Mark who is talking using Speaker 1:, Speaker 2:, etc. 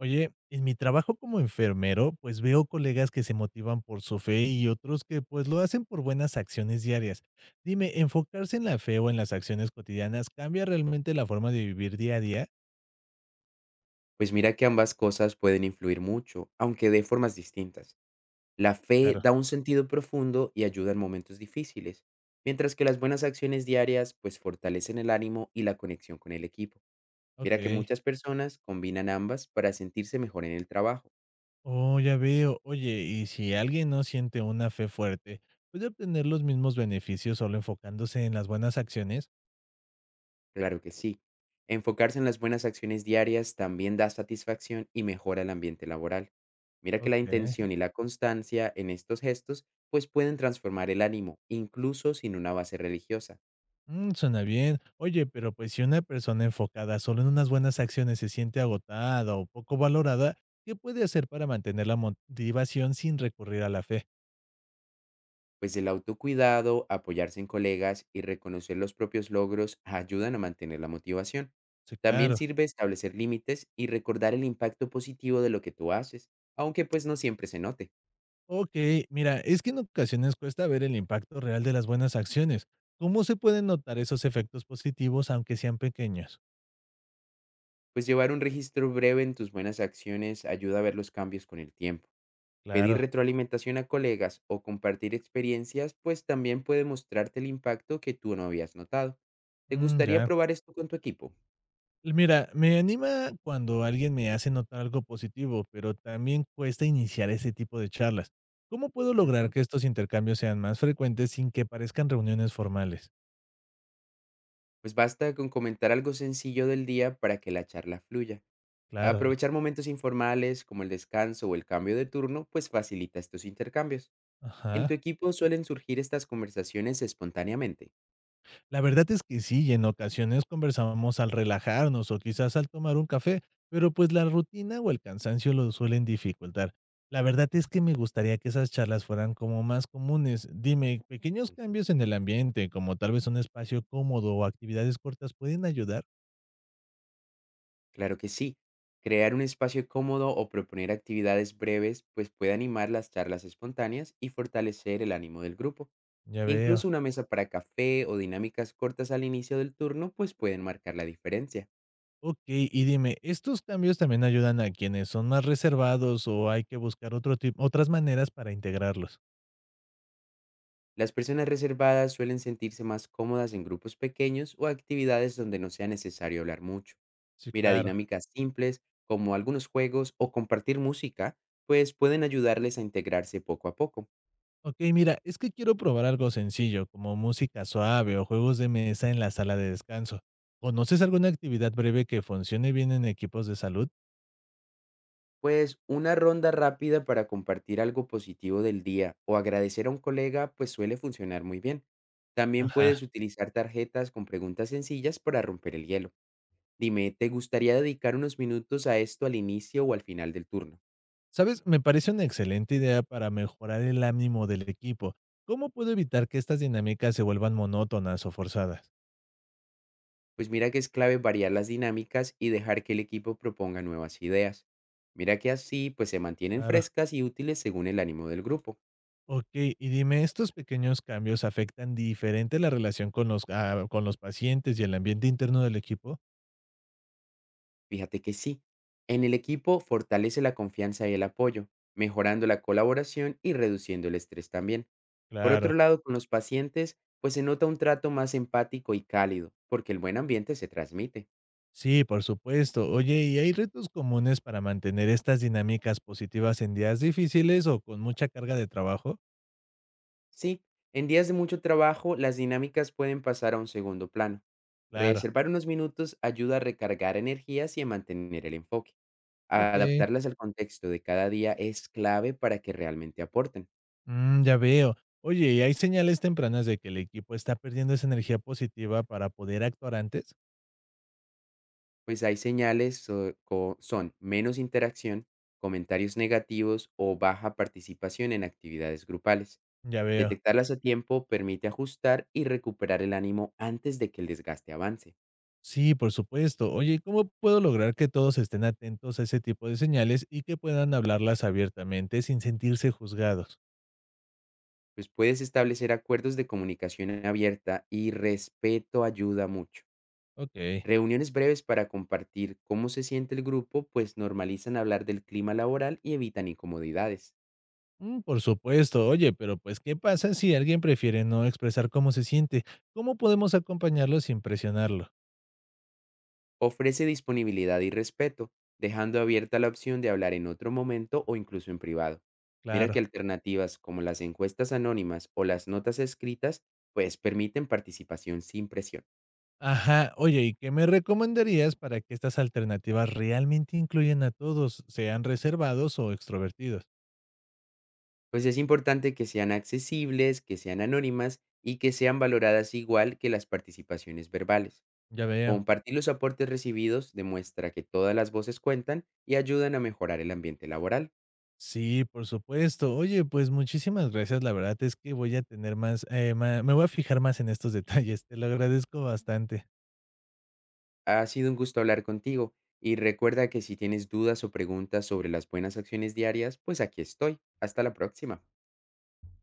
Speaker 1: Oye, en mi trabajo como enfermero, pues veo colegas que se motivan por su fe y otros que pues lo hacen por buenas acciones diarias. Dime, ¿enfocarse en la fe o en las acciones cotidianas cambia realmente la forma de vivir día a día?
Speaker 2: Pues mira que ambas cosas pueden influir mucho, aunque de formas distintas. La fe
Speaker 1: Claro.
Speaker 2: da un sentido profundo y ayuda en momentos difíciles, mientras que las buenas acciones diarias pues fortalecen el ánimo y la conexión con el equipo. Mira que
Speaker 1: Ok.
Speaker 2: muchas personas combinan ambas para sentirse mejor en el trabajo.
Speaker 1: Oh, ya veo. Oye, y si alguien no siente una fe fuerte, ¿puede obtener los mismos beneficios solo enfocándose en las buenas acciones?
Speaker 2: Claro que sí. Enfocarse en las buenas acciones diarias también da satisfacción y mejora el ambiente laboral. Mira que la
Speaker 1: Ok.
Speaker 2: intención y la constancia en estos gestos pues pueden transformar el ánimo, incluso sin una base religiosa.
Speaker 1: Mm, suena bien. Oye, pero pues si una persona enfocada solo en unas buenas acciones se siente agotada o poco valorada, ¿qué puede hacer para mantener la motivación sin recurrir a la fe?
Speaker 2: Pues el autocuidado, apoyarse en colegas y reconocer los propios logros ayudan a mantener la motivación.
Speaker 1: Sí,
Speaker 2: También
Speaker 1: claro.
Speaker 2: sirve establecer límites y recordar el impacto positivo de lo que tú haces, aunque pues no siempre se note.
Speaker 1: Ok, mira, es que en ocasiones cuesta ver el impacto real de las buenas acciones. ¿Cómo se pueden notar esos efectos positivos aunque sean pequeños?
Speaker 2: Pues llevar un registro breve en tus buenas acciones ayuda a ver los cambios con el tiempo.
Speaker 1: Claro.
Speaker 2: Pedir retroalimentación a colegas o compartir experiencias pues también puede mostrarte el impacto que tú no habías notado. ¿Te
Speaker 1: Mm,
Speaker 2: gustaría
Speaker 1: ya.
Speaker 2: probar esto con tu equipo?
Speaker 1: Mira, me anima cuando alguien me hace notar algo positivo, pero también cuesta iniciar ese tipo de charlas. ¿Cómo puedo lograr
Speaker 2: Ujú.
Speaker 1: que estos intercambios sean más frecuentes sin que parezcan reuniones formales?
Speaker 2: Pues basta con comentar algo sencillo del día para que la charla fluya.
Speaker 1: Claro.
Speaker 2: Aprovechar momentos informales como el descanso o el cambio de turno, pues facilita estos intercambios. ¿En
Speaker 1: Ajá.
Speaker 2: tu equipo suelen surgir estas conversaciones espontáneamente?
Speaker 1: La verdad es que sí, y en ocasiones conversamos al relajarnos o quizás al tomar un café, pero pues la rutina o el cansancio lo suelen dificultar. La verdad es que me gustaría que esas charlas fueran como más comunes. Dime, pequeños
Speaker 2: Ujú,
Speaker 1: cambios en el ambiente, como tal vez un espacio cómodo o actividades cortas, ¿pueden ayudar?
Speaker 2: claro que sí. Crear un espacio cómodo o proponer actividades breves, pues puede animar las charlas espontáneas y fortalecer el ánimo del grupo.
Speaker 1: Ya veo.
Speaker 2: Incluso una mesa para café o dinámicas cortas al inicio del turno, pues pueden marcar la diferencia.
Speaker 1: Ok, y dime, ¿estos cambios también ayudan a quienes son más reservados o hay que buscar otro tipo, otras maneras para integrarlos?
Speaker 2: Las personas reservadas suelen sentirse más cómodas en grupos pequeños o actividades donde no sea necesario hablar mucho.
Speaker 1: Sí,
Speaker 2: Mira,
Speaker 1: claro.
Speaker 2: dinámicas simples, como algunos juegos o compartir música, pues pueden ayudarles a integrarse poco a poco.
Speaker 1: Ok, mira, es que quiero probar algo sencillo, como música suave o juegos de mesa en la sala de descanso. ¿Conoces alguna actividad breve que funcione bien en equipos de salud?
Speaker 2: Pues una ronda rápida para compartir algo positivo del día o agradecer a un colega, pues suele funcionar muy bien. También
Speaker 1: Ajá.
Speaker 2: puedes utilizar tarjetas con preguntas sencillas para romper el hielo. Dime, ¿te gustaría dedicar unos minutos a esto al inicio o al final del turno?
Speaker 1: Sabes, me parece una excelente idea para mejorar el ánimo del equipo. ¿Cómo puedo evitar que estas dinámicas se vuelvan monótonas o forzadas?
Speaker 2: Pues mira que es clave variar las dinámicas y dejar que el equipo proponga nuevas ideas. Mira que así pues se mantienen
Speaker 1: Claro.
Speaker 2: frescas y útiles según el ánimo del grupo.
Speaker 1: Ok, y dime, ¿estos pequeños cambios afectan diferente la relación con los, con los pacientes y el ambiente interno del equipo?
Speaker 2: Fíjate que sí, en el equipo fortalece la confianza y el apoyo, mejorando la colaboración y reduciendo el estrés también. Por
Speaker 1: Claro.
Speaker 2: otro lado, con los pacientes pues se nota un trato más empático y cálido, porque el buen ambiente se transmite.
Speaker 1: Sí, por supuesto. Oye, ¿y hay retos comunes para mantener estas dinámicas positivas en días difíciles o con mucha carga de trabajo?
Speaker 2: Sí, en días de mucho trabajo, las dinámicas pueden pasar a un segundo plano.
Speaker 1: Claro.
Speaker 2: Reservar unos minutos ayuda a recargar energías y a mantener el enfoque.
Speaker 1: Ok.
Speaker 2: Adaptarlas al contexto de cada día es clave para que realmente aporten,
Speaker 1: Mm, ya veo. Oye, ¿y hay señales tempranas de que el equipo está perdiendo esa energía positiva para poder actuar antes?
Speaker 2: pues hay señales son menos interacción, comentarios negativos o baja participación en actividades grupales.
Speaker 1: Ya veo.
Speaker 2: Detectarlas a tiempo permite ajustar y recuperar el ánimo antes de que el desgaste avance.
Speaker 1: Sí, por supuesto. Oye, ¿cómo puedo lograr que todos estén atentos a ese tipo de señales y que puedan hablarlas abiertamente sin sentirse juzgados?
Speaker 2: Pues puedes establecer acuerdos de comunicación abierta y respeto ayuda mucho.
Speaker 1: Ok.
Speaker 2: Reuniones breves para compartir cómo se siente el grupo, pues normalizan hablar del clima laboral y evitan incomodidades.
Speaker 1: Mm, por supuesto, oye, pero pues, ¿qué pasa si alguien prefiere no expresar cómo se siente? ¿Cómo podemos acompañarlo sin presionarlo?
Speaker 2: Ofrece disponibilidad y respeto, dejando abierta la opción de hablar en otro momento o incluso en privado. Mira
Speaker 1: Claro.
Speaker 2: que alternativas como las encuestas anónimas o las notas escritas, pues permiten participación sin presión.
Speaker 1: Ajá, oye, ¿y qué me recomendarías para que estas alternativas realmente incluyan a todos, sean reservados o extrovertidos?
Speaker 2: Pues es importante que sean accesibles, que sean anónimas y que sean valoradas igual que las participaciones verbales.
Speaker 1: Ya veo.
Speaker 2: Compartir los aportes recibidos demuestra que todas las voces cuentan y ayudan a mejorar el ambiente laboral.
Speaker 1: Sí, por supuesto. Oye, pues muchísimas gracias. La verdad es que voy a tener me voy a fijar más en estos detalles. Te lo agradezco bastante.
Speaker 2: Ha sido un gusto hablar contigo y recuerda que si tienes dudas o preguntas sobre las buenas acciones diarias, pues aquí estoy. Hasta la próxima.